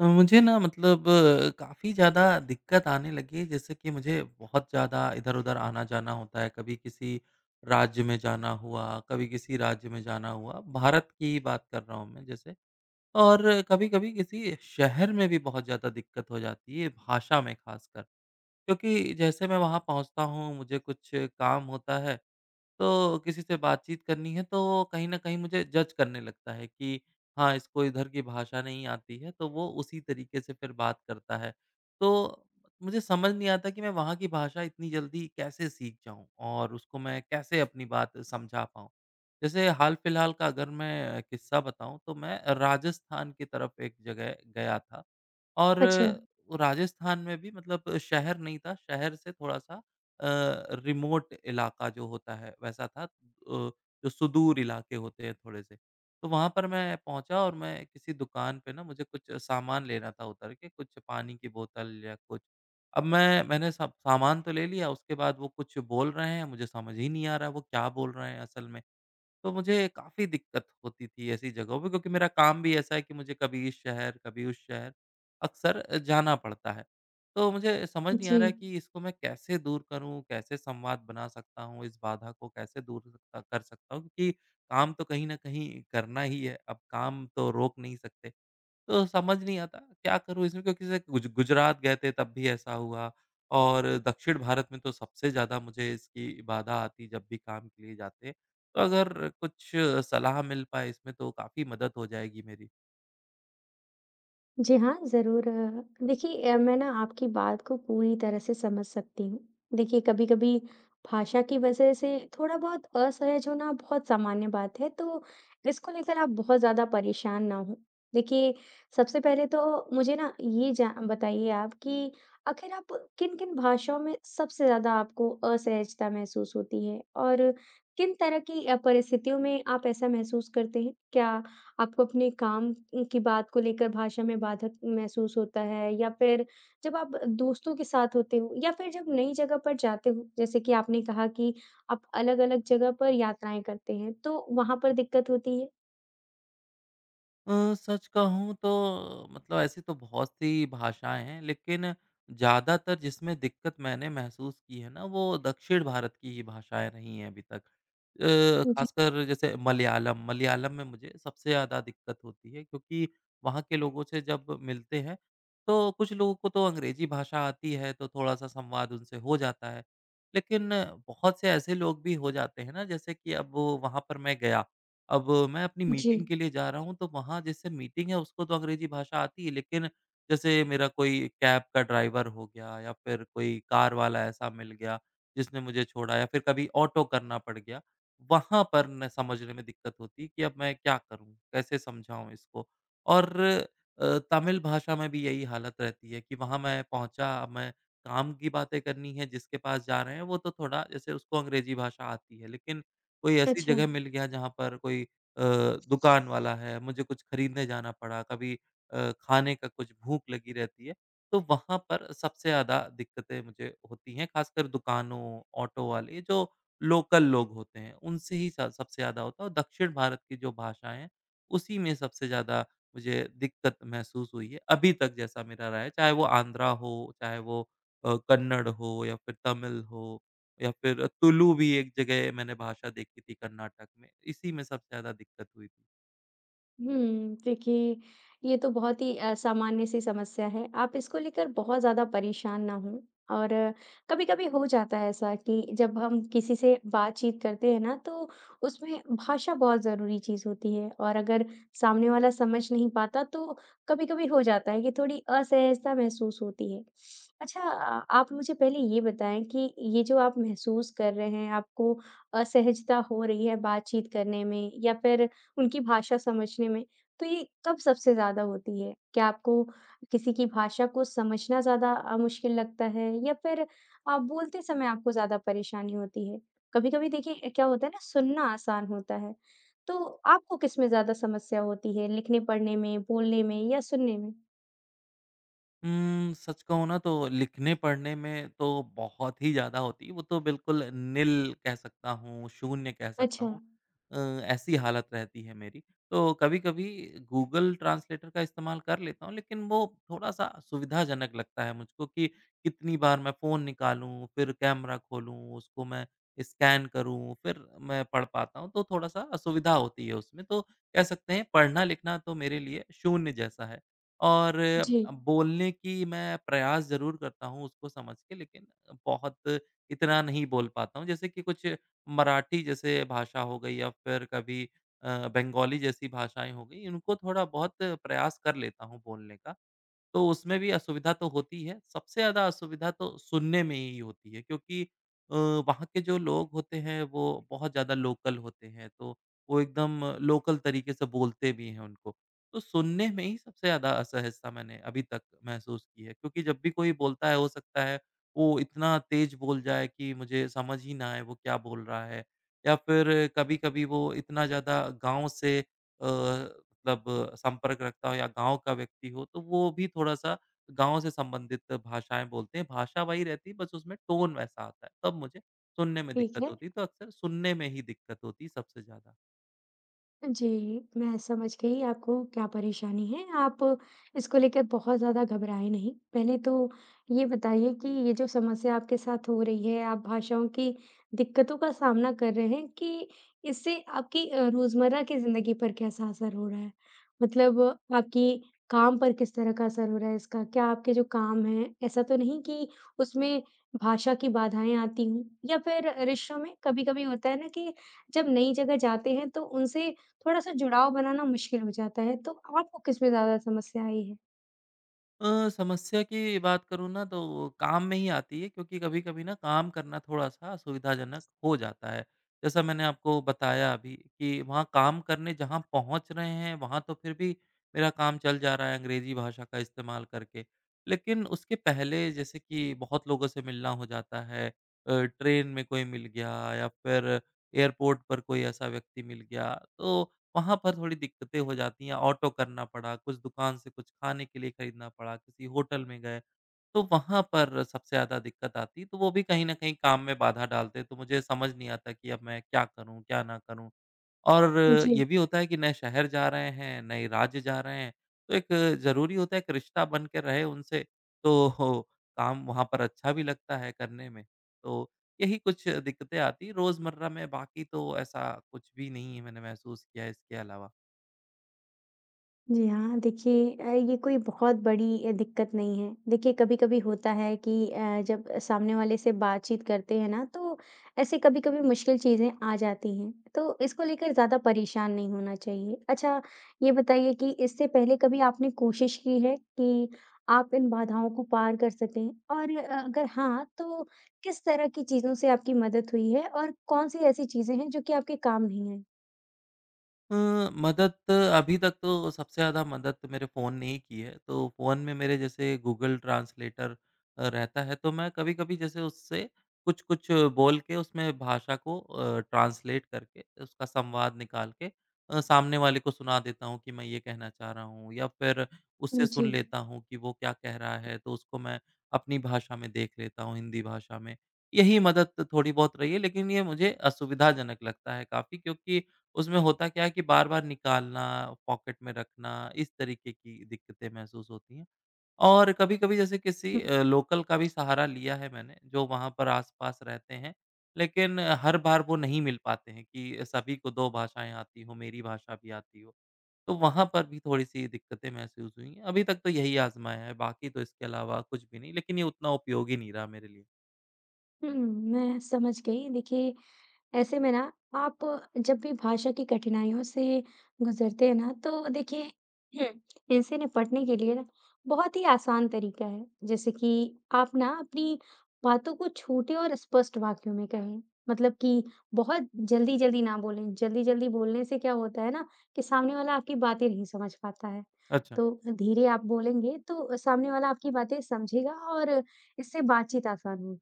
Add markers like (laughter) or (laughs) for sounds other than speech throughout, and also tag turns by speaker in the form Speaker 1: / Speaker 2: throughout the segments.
Speaker 1: मुझे ना मतलब काफ़ी ज़्यादा दिक्कत आने लगी है, जैसे कि मुझे बहुत ज़्यादा इधर-उधर आना-जाना होता है, कभी किसी राज्य में जाना हुआ, कभी किसी राज्य में जाना हुआ, भारत की ही बात कर रहा हूँ मैं जैसे। और कभी-कभी किसी शहर में भी बहुत ज़्यादा दिक्कत हो जाती है, भाषा में ख़ासकर। क्योंकि जैसे मैं वहाँ पहुँचता हूँ, मुझे कुछ काम होता है तो किसी से बातचीत करनी है तो कहीं न कहीं मुझे जज करने लगता है कि हाँ, इसको इधर की भाषा नहीं आती है तो वो उसी तरीके से फिर बात करता है। तो मुझे समझ नहीं आता कि मैं वहाँ की भाषा इतनी जल्दी कैसे सीख जाऊँ और उसको मैं कैसे अपनी बात समझा पाऊँ। जैसे हाल-फिलहाल का अगर मैं किस्सा बताऊँ तो मैं राजस्थान की तरफ एक जगह गया था और
Speaker 2: अच्छा,
Speaker 1: राजस्थान में भी मतलब शहर नहीं था, शहर से थोड़ा-सा अ, रिमोट इलाका जो होता है वैसा था, जो सुदूर इलाके होते हैं थोड़े से। तो वहाँ पर मैं पहुँचा और मैं किसी दुकान पे ना मुझे कुछ सामान लेना था उतर के, कुछ पानी की बोतल या कुछ। अब मैंने सब सामान तो ले लिया उसके बाद वो कुछ बोल रहे हैं, मुझे समझ ही नहीं आ रहा है वो क्या बोल रहे हैं असल में। तो मुझे काफ़ी दिक्कत होती थी ऐसी जगहों पे क्योंकि मेरा काम भी ऐसा है कि मुझे कभी इस शहर, कभी उस शहर, अक्सर जाना पड़ता है। तो मुझे समझ नहीं आ
Speaker 2: जी।
Speaker 1: रहा है कि इसको मैं कैसे दूर करूँ, कैसे संवाद बना सकता हूँ, इस बाधा को कैसे दूर सकता कर सकता हूँ क्योंकि काम तो कहीं न कहीं करना ही है, अब काम तो रोक नहीं सकते। तो समझ नहीं आता क्या करूँ इसमें क्योंकि जैसे गुजरात गए थे तब भी ऐसा हुआ और दक्षिण भारत में तो सबसे ज़्यादा मुझे इसकी बाधा आती जब भी काम के लिए जाते। तो अगर कुछ सलाह मिल पाए इसमें तो काफ़ी मदद हो जाएगी मेरी।
Speaker 2: जी हाँ, ज़रूर। देखिए, मैं ना आपकी बात को पूरी तरह से समझ सकती हूँ। देखिए, कभी-कभी भाषा की वज़ह से थोड़ा-बहुत असहज होना बहुत सामान्य बात है, तो इसको लेकर आप बहुत ज़्यादा परेशान ना हों। देखिए, सबसे पहले तो मुझे ना ये जा बताइए आप कि आखिर आप किन-किन भाषाओं में सबसे ज़्यादा आपको असहजता महसूस होती है? और किन तरह की परिस्थितियों में आप ऐसा महसूस करते हैं? क्या आपको अपने काम की बात को लेकर भाषा में बाधक महसूस होता है, या फिर जब आप दोस्तों के साथ होते हो, या फिर जब नई जगह पर जाते हो, जैसे कि आपने कहा कि आप अलग-अलग जगह पर यात्राएँ करते हैं, तो वहाँ पर दिक्कत होती है?
Speaker 1: सच कहूँ तो मतलब ऐसी तो बहुत सी भाषाएँ हैं, लेकिन ज़्यादातर जिसमें दिक्कत मैंने महसूस की है ना, वो दक्षिण भारत की ही भाषाएँ रही हैं अभी तक।
Speaker 2: जी।
Speaker 1: खासकर जैसे मलयालम, मलयालम में मुझे सबसे ज़्यादा दिक्कत होती है क्योंकि वहाँ के लोगों से जब मिलते हैं, तो कुछ लोगों को तो अंग्रेज़ी भाषा आती है, तो थोड़ा-सा संवाद उनसे हो जाता है। लेकिन बहुत से ऐसे लोग भी हो जाते हैं ना, जैसे कि अब वो वहाँ पर मैं गया, अब मैं अपनी
Speaker 2: जी।
Speaker 1: मीटिंग के लिए जा रहा हूँ, तो वहाँ जैसे मीटिंग है उसको तो अंग्रेज़ी भाषा आती है, लेकिन जैसे मेरा कोई कैब का ड्राइवर हो गया या फिर कोई कार वाला ऐसा मिल गया, जिसने मुझे छोड़ा या फिर कभी ऑटो करना पड़ गया, वहाँ पर न समझने में दिक्कत होती है कि अब मैं क्या करूँ? कैसे समझाऊँ इसको? और तमिल भाषा में भी यही हालत रहती है कि वहाँ मैं पहुँचा, अब मैं काम की बातें करनी है, जिसके पास जा रहे हैं वो तो थोड़ा जैसे उसको अंग्रेज़ी भाषा आती है, लेकिन कोई ऐसी
Speaker 2: अच्छा।
Speaker 1: जगह मिल गया जहाँ पर कोई अ, दुकान वाला है, मुझे कुछ खरीदने जाना पड़ा, कभी खाने का कुछ भूख लगी रहती है, तो वहाँ पर सबसे ज़्यादा दिक्कतें मुझे होती हैं, खासकर दुकानों, ऑटो वाले जो लोकल लोग होते हैं, उनसे ही स सबसे ज़्यादा होता है और दक्षिण भारत की जो भाषाएँ हैं, उसी में सबसे ज़्यादा मुझे दिक्कत महसूस हुई है, अभी तक जैसा मेरा रहा है, चाहे वो आंध्रा हो, चाहे वो कन्नड़ हो या फिर तमिल हो। या फिर तुलु भी एक जगह मैंने भाषा देखी थी कर्नाटक में, इसी में सबसे ज़्यादा दिक्कत हुई थी।
Speaker 2: हुँ, देखिए, ये तो बहुत ही सामान्य सी समस्या है। आप इसको लेकर बहुत ज़्यादा परेशान ना हों। और कभी-कभी हो जाता है ऐसा कि जब हम किसी से बातचीत करते हैं ना, तो उसमें भाषा बहुत ज़रूरी चीज़ होती है, और अगर सामने वाला समझ नहीं पाता, तो कभी-कभी हो जाता है कि थोड़ी असहजता महसूस होती है। अच्छा, आप मुझे पहले ये बताएँ कि ये जो आप महसूस कर रहे हैं, आपको असहजता हो रही है बातचीत करने में, या फिर उनकी भाषा समझने में, तो ये कब सबसे ज़्यादा होती है? क्या आपको किसी की भाषा को समझना ज़्यादा मुश्किल लगता है, या फिर बोलते समय आपको ज़्यादा परेशानी होती है? कभी-कभी देखिए, क्या होता है ना, सुनना आसान होता है, तो आपको किसमें ज़्यादा समस्या होती है? लिखने-पढ़ने में, बोलने में, या सुनने में?
Speaker 1: सच कहूँ ना तो लिखने-पढ़ने में तो बहुत ही ज़्यादा होती है, वो तो बिल्कुल निल कह सकता हूँ, शून्य कह सकता
Speaker 2: अच्छा।
Speaker 1: हूँ। अ, ऐसी हालत रहती है मेरी। तो कभी-कभी गूगल ट्रांसलेटर का इस्तेमाल कर लेता हूँ, लेकिन वो थोड़ा-सा सुविधाजनक लगता है मुझको कि कितनी बार मैं फ़ोन निकालूँ, फिर कैमरा खोलूँ, उसको मैं स्कैन करूँ, फिर मैं पढ़ पाता हूँ, तो थोड़ा-सा असुविधा होती है उसमें। तो कह सकते हैं पढ़ना-लिखना तो मेरे लिए शून्य जैसा है। और
Speaker 2: जी,
Speaker 1: बोलने की मैं प्रयास ज़रूर करता हूँ उसको समझ के लेकिन बहुत इतना नहीं बोल पाता हूँ। जैसे कि कुछ मराठी जैसे भाषा हो गई या फिर कभी बंगाली जैसी भाषाएँ हो गई, इनको थोड़ा बहुत प्रयास कर लेता हूँ बोलने का। तो उसमें भी असुविधा तो होती है, सबसे ज़्यादा असुविधा तो सुनने में ही होती है क्योंकि वहाँ के जो लोग होते हैं वो बहुत ज़्यादा लोकल होते हैं, तो वो एकदम लोकल तरीके से बोलते भी हैं उनको। तो सुनने में ही सबसे ज़्यादा असहजता मैंने अभी तक महसूस की है क्योंकि जब भी कोई बोलता है हो सकता है वो इतना तेज़ बोल जाए कि मुझे समझ ही ना आए वो क्या बोल रहा है या फिर कभी-कभी वो इतना ज़्यादा गाँव से अ, मतलब संपर्क रखता हो या गाँव का व्यक्ति हो, तो वो भी थोड़ा-सा गाँव से संबंधित भाषाएँ बोलते हैं। भाषा वही रहती है, बस उसमें टोन वैसा आता है, तब मुझे सुनने में
Speaker 2: ठीक
Speaker 1: दिक्कत
Speaker 2: है।
Speaker 1: होती है। तो अक्सर सुनने में ही दिक्कत होती है सबसे ज़्यादा।
Speaker 2: जी, मैं समझ गई आपको क्या परेशानी है। आप इसको लेकर बहुत ज़्यादा घबराएँ नहीं। पहले तो ये बताइए कि ये जो समस्या आपके साथ हो रही है, आप भाषाओं की दिक्कतों का सामना कर रहे हैं, कि इससे आपकी रोज़मर्रा की ज़िंदगी पर कैसा असर हो रहा है? मतलब आपकी काम पर किस तरह का असर हो रहा है इसका? क्या आपके जो काम हैं, ऐसा तो नहीं कि उसमें भाषा की बाधाएँ आती हों? या फिर रिश्तों में कभी-कभी होता है ना, कि जब नई जगह जाते हैं, तो उनसे थोड़ा-सा जुड़ाव बनाना मुश्किल हो जाता है, तो आपको किसमें ज़्यादा समस्या आई है?
Speaker 1: समस्या की बात करूँ ना तो वो काम में ही आती है क्योंकि कभी-कभी ना काम करना थोड़ा-सा असुविधाजनक हो जाता है। जैसा मैंने आपको बताया अभी कि वहाँ काम करने जहाँ पहुँच रहे हैं वहाँ तो फिर भी मेरा काम चल जा रहा है अंग्रेज़ी भाषा का इस्तेमाल करके। लेकिन उसके पहले जैसे कि बहुत लोगों से मिलना हो जाता है, ट्रेन में कोई मिल गया या फिर एयरपोर्ट पर कोई ऐसा व्यक्ति मिल गया तो वहाँ पर थोड़ी दिक्कतें हो जाती हैं, ऑटो करना पड़ा, कुछ दुकान से कुछ खाने के लिए खरीदना पड़ा, किसी होटल में गए, तो वहाँ पर सबसे ज़्यादा दिक्कत आती। तो वो भी कहीं न कहीं काम में बाधा डालते, तो मुझे समझ नहीं आता कि अब मैं क्या करूँ, क्या ना करूँ? और
Speaker 2: जी।
Speaker 1: ये भी होता है कि नए शहर जा रहे हैं, नए राज्य जा रहे हैं, तो एक ज़रूरी होता है एक रिश्ता बन के रहे उनसे, तो हो काम वहाँ पर अच्छा भी लगता है करने में। तो यही कुछ दिक्कतें आती हैं रोज़मर्रा में, बाकी तो ऐसा कुछ भी नहीं है मैंने महसूस किया है इसके अलावा।
Speaker 2: जी हाँ, देखिए, ये कोई बहुत बड़ी दिक्कत नहीं है। देखिए, कभी-कभी होता है कि जब सामने वाले से बातचीत करते हैं ना, तो ऐसे कभी-कभी मुश्किल चीज़ें आ जाती हैं, तो इसको लेकर ज़्यादा परेशान नहीं होना चाहिए। अच्छा, ये बताइए कि इससे पहले कभी आपने कोशिश की है कि आप इन बाधाओं को पार कर सकें? और अगर हाँ, तो किस तरह की चीज़ों से आपकी मदद हुई है, और कौन-सी ऐसी चीज़ें हैं जो कि आपके काम नहीं आई?
Speaker 1: अ, मदद अभी तक तो सबसे ज़्यादा मदद तो मेरे फ़ोन ने ही की है। तो फ़ोन में मेरे जैसे गूगल ट्रांसलेटर रहता है, तो मैं कभी-कभी जैसे उससे कुछ-कुछ बोल के उसमें भाषा को ट्रांसलेट करके उसका संवाद निकाल के सामने वाले को सुना देता हूँ कि मैं ये कहना चाह रहा हूँ या फिर उससे सुन
Speaker 2: जी।
Speaker 1: लेता हूँ कि वो क्या कह रहा है, तो उसको मैं अपनी भाषा में देख लेता हूँ, हिंदी भाषा में। यही मदद थोड़ी बहुत रही है, लेकिन ये मुझे असुविधाजनक लगता है काफ़ी क्योंकि उसमें होता क्या है कि बार-बार निकालना, पॉकेट में रखना, इस तरीके की दिक्कतें महसूस होती हैं। और कभी-कभी जैसे किसी
Speaker 2: हुँ,
Speaker 1: लोकल का भी सहारा लिया है मैंने, जो वहाँ पर आस-पास रहते हैं, लेकिन हर बार वो नहीं मिल पाते हैं कि सभी को 2 भाषाएँ आती हों, मेरी भाषा भी आती हो। तो वहाँ पर भी थोड़ी-सी दिक्कतें महसूस हुई हैं। अभी तक तो यही आज़माया है, बाकी तो इसके अलावा कुछ भी नहीं, लेकिन ये उतना उपयोगी नहीं रहा मेरे लिए।
Speaker 2: हुँ, मैं समझ गई। देखिए, ऐसे में ना, आप जब भी भाषा की कठिनाइयों से गुजरते हैं ना, तो देखिए, हम्म, इनसे निपटने के लिए ना बहुत ही आसान तरीका है, जैसे कि आप ना अपनी बातों को छोटे और स्पष्ट वाक्यों में कहें। मतलब कि बहुत जल्दी जल्दी ना बोलें। जल्दी जल्दी बोलने से क्या होता है ना, कि सामने वाला आपकी बातें नहीं समझ पाता है।
Speaker 1: अच्छा।
Speaker 2: तो धीरे आप बोलेंगे, तो सामने वाला आपकी बातें समझेगा, और इससे बातचीत आसान होगी।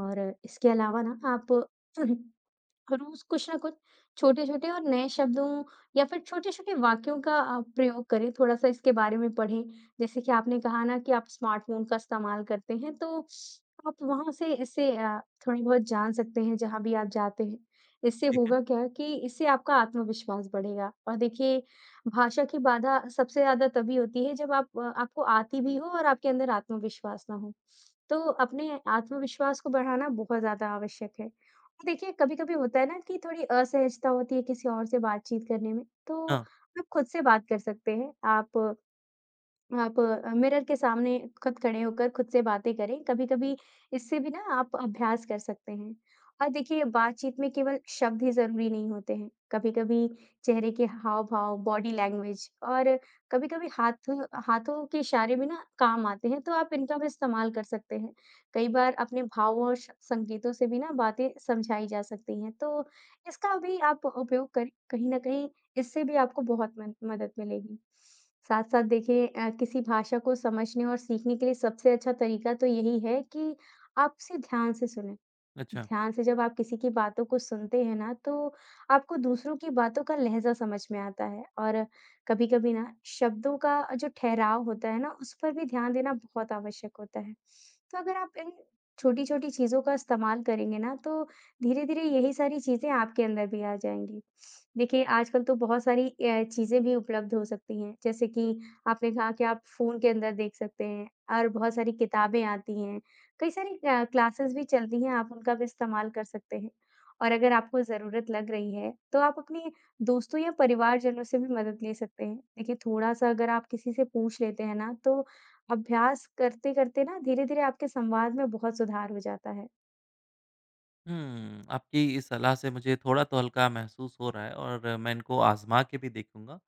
Speaker 2: और इसके अलावा ना, आप (laughs) रोज़ कुछ ना कुछ छोटे-छोटे और नए शब्दों, या फिर छोटे-छोटे वाक्यों का प्रयोग करें, थोड़ा-सा इसके बारे में पढ़ें। जैसे कि आपने कहा ना कि आप स्मार्टफ़ोन का इस्तेमाल करते हैं, तो आप वहाँ से इसे थोड़ी बहुत जान सकते हैं, जहाँ भी आप जाते हैं। इससे
Speaker 1: ठीक है।
Speaker 2: होगा क्या कि इससे आपका आत्मविश्वास बढ़ेगा। और देखिए, भाषा की बाधा सबसे ज़्यादा तभी होती है जब आप आपको आती भी हो और आपके अंदर आत्मविश्वास ना हो। तो अपने आत्मविश्वास को बढ़ाना बहुत ज़्यादा आवश्यक है। देखिए, कभी-कभी होता है ना, कि थोड़ी असहजता होती है किसी और से बातचीत करने में, तो
Speaker 1: हाँ,
Speaker 2: आप खुद से बात कर सकते हैं। आप मिरर के सामने खुद खड़े होकर खुद से बातें करें, कभी-कभी इससे भी ना आप अभ्यास कर सकते हैं। और देखिए, बातचीत में केवल शब्द ही ज़रूरी नहीं होते हैं, कभी-कभी चेहरे के हाव-भाव, बॉडी लैंग्वेज, और कभी-कभी हाथों के इशारे भी ना काम आते हैं, तो आप इनका भी इस्तेमाल कर सकते हैं। कई बार अपने भावों और श संकेतों से भी ना बातें समझाई जा सकती हैं, तो इसका भी आप उपयोग करें। कहीं न कहीं इससे भी आपको बहुत मन मदद मिलेगी। साथ-साथ देखिए, किसी भाषा को समझने और सीखने के लिए सबसे अच्छा तरीका तो यही है कि आप उसे ध्यान से सुनें।
Speaker 1: अच्छा।
Speaker 2: ध्यान से जब आप किसी की बातों को सुनते हैं ना, तो आपको दूसरों की बातों का लहज़ा समझ में आता है, और कभी-कभी ना शब्दों का जो ठहराव होता है ना, उस पर भी ध्यान देना बहुत आवश्यक होता है। तो अगर आप इन छोटी-छोटी चीज़ों का इस्तेमाल करेंगे ना, तो धीरे-धीरे यही सारी चीज़ें आपके अंदर भी आ जाएँगी। देखिए, आजकल तो बहुत सारी चीज़ें भी उपलब्ध हो सकती हैं, जैसे कि आपने कहा कि आप फ़ोन के अंदर देख सकते हैं, और बहुत सारी किताबें आती हैं। कई सारी क्लासेस भी चलती हैं, आप उनका भी इस्तेमाल कर सकते हैं, और अगर आपको ज़रूरत लग रही है, तो आप अपने दोस्तों या परिवारजनों से भी मदद ले सकते हैं। देखिए, थोड़ा-सा अगर आप किसी से पूछ लेते हैं ना, तो अभ्यास करते-करते ना धीरे-धीरे आपके संवाद में बहुत सुधार हो जाता है।
Speaker 1: हुँ, आपकी इस सलाह से मुझे थोड़ा तो हल्का महसूस हो रहा है और मैं इनको आज़मा के भी देखूँगा।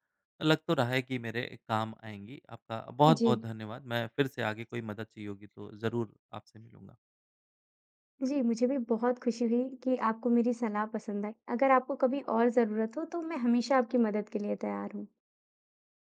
Speaker 1: लग तो रहा है कि मेरे काम आएँगी। आपका
Speaker 2: जी।
Speaker 1: बहुत-बहुत धन्यवाद। मैं फिर से आगे कोई मदद चाहिए होगी तो ज़रूर आपसे मिलूँगा।
Speaker 2: जी, मुझे भी बहुत खुशी हुई कि आपको मेरी सलाह पसंद आई। अगर आपको कभी और ज़रूरत हो, तो मैं हमेशा आपकी मदद के लिए तैयार हूँ।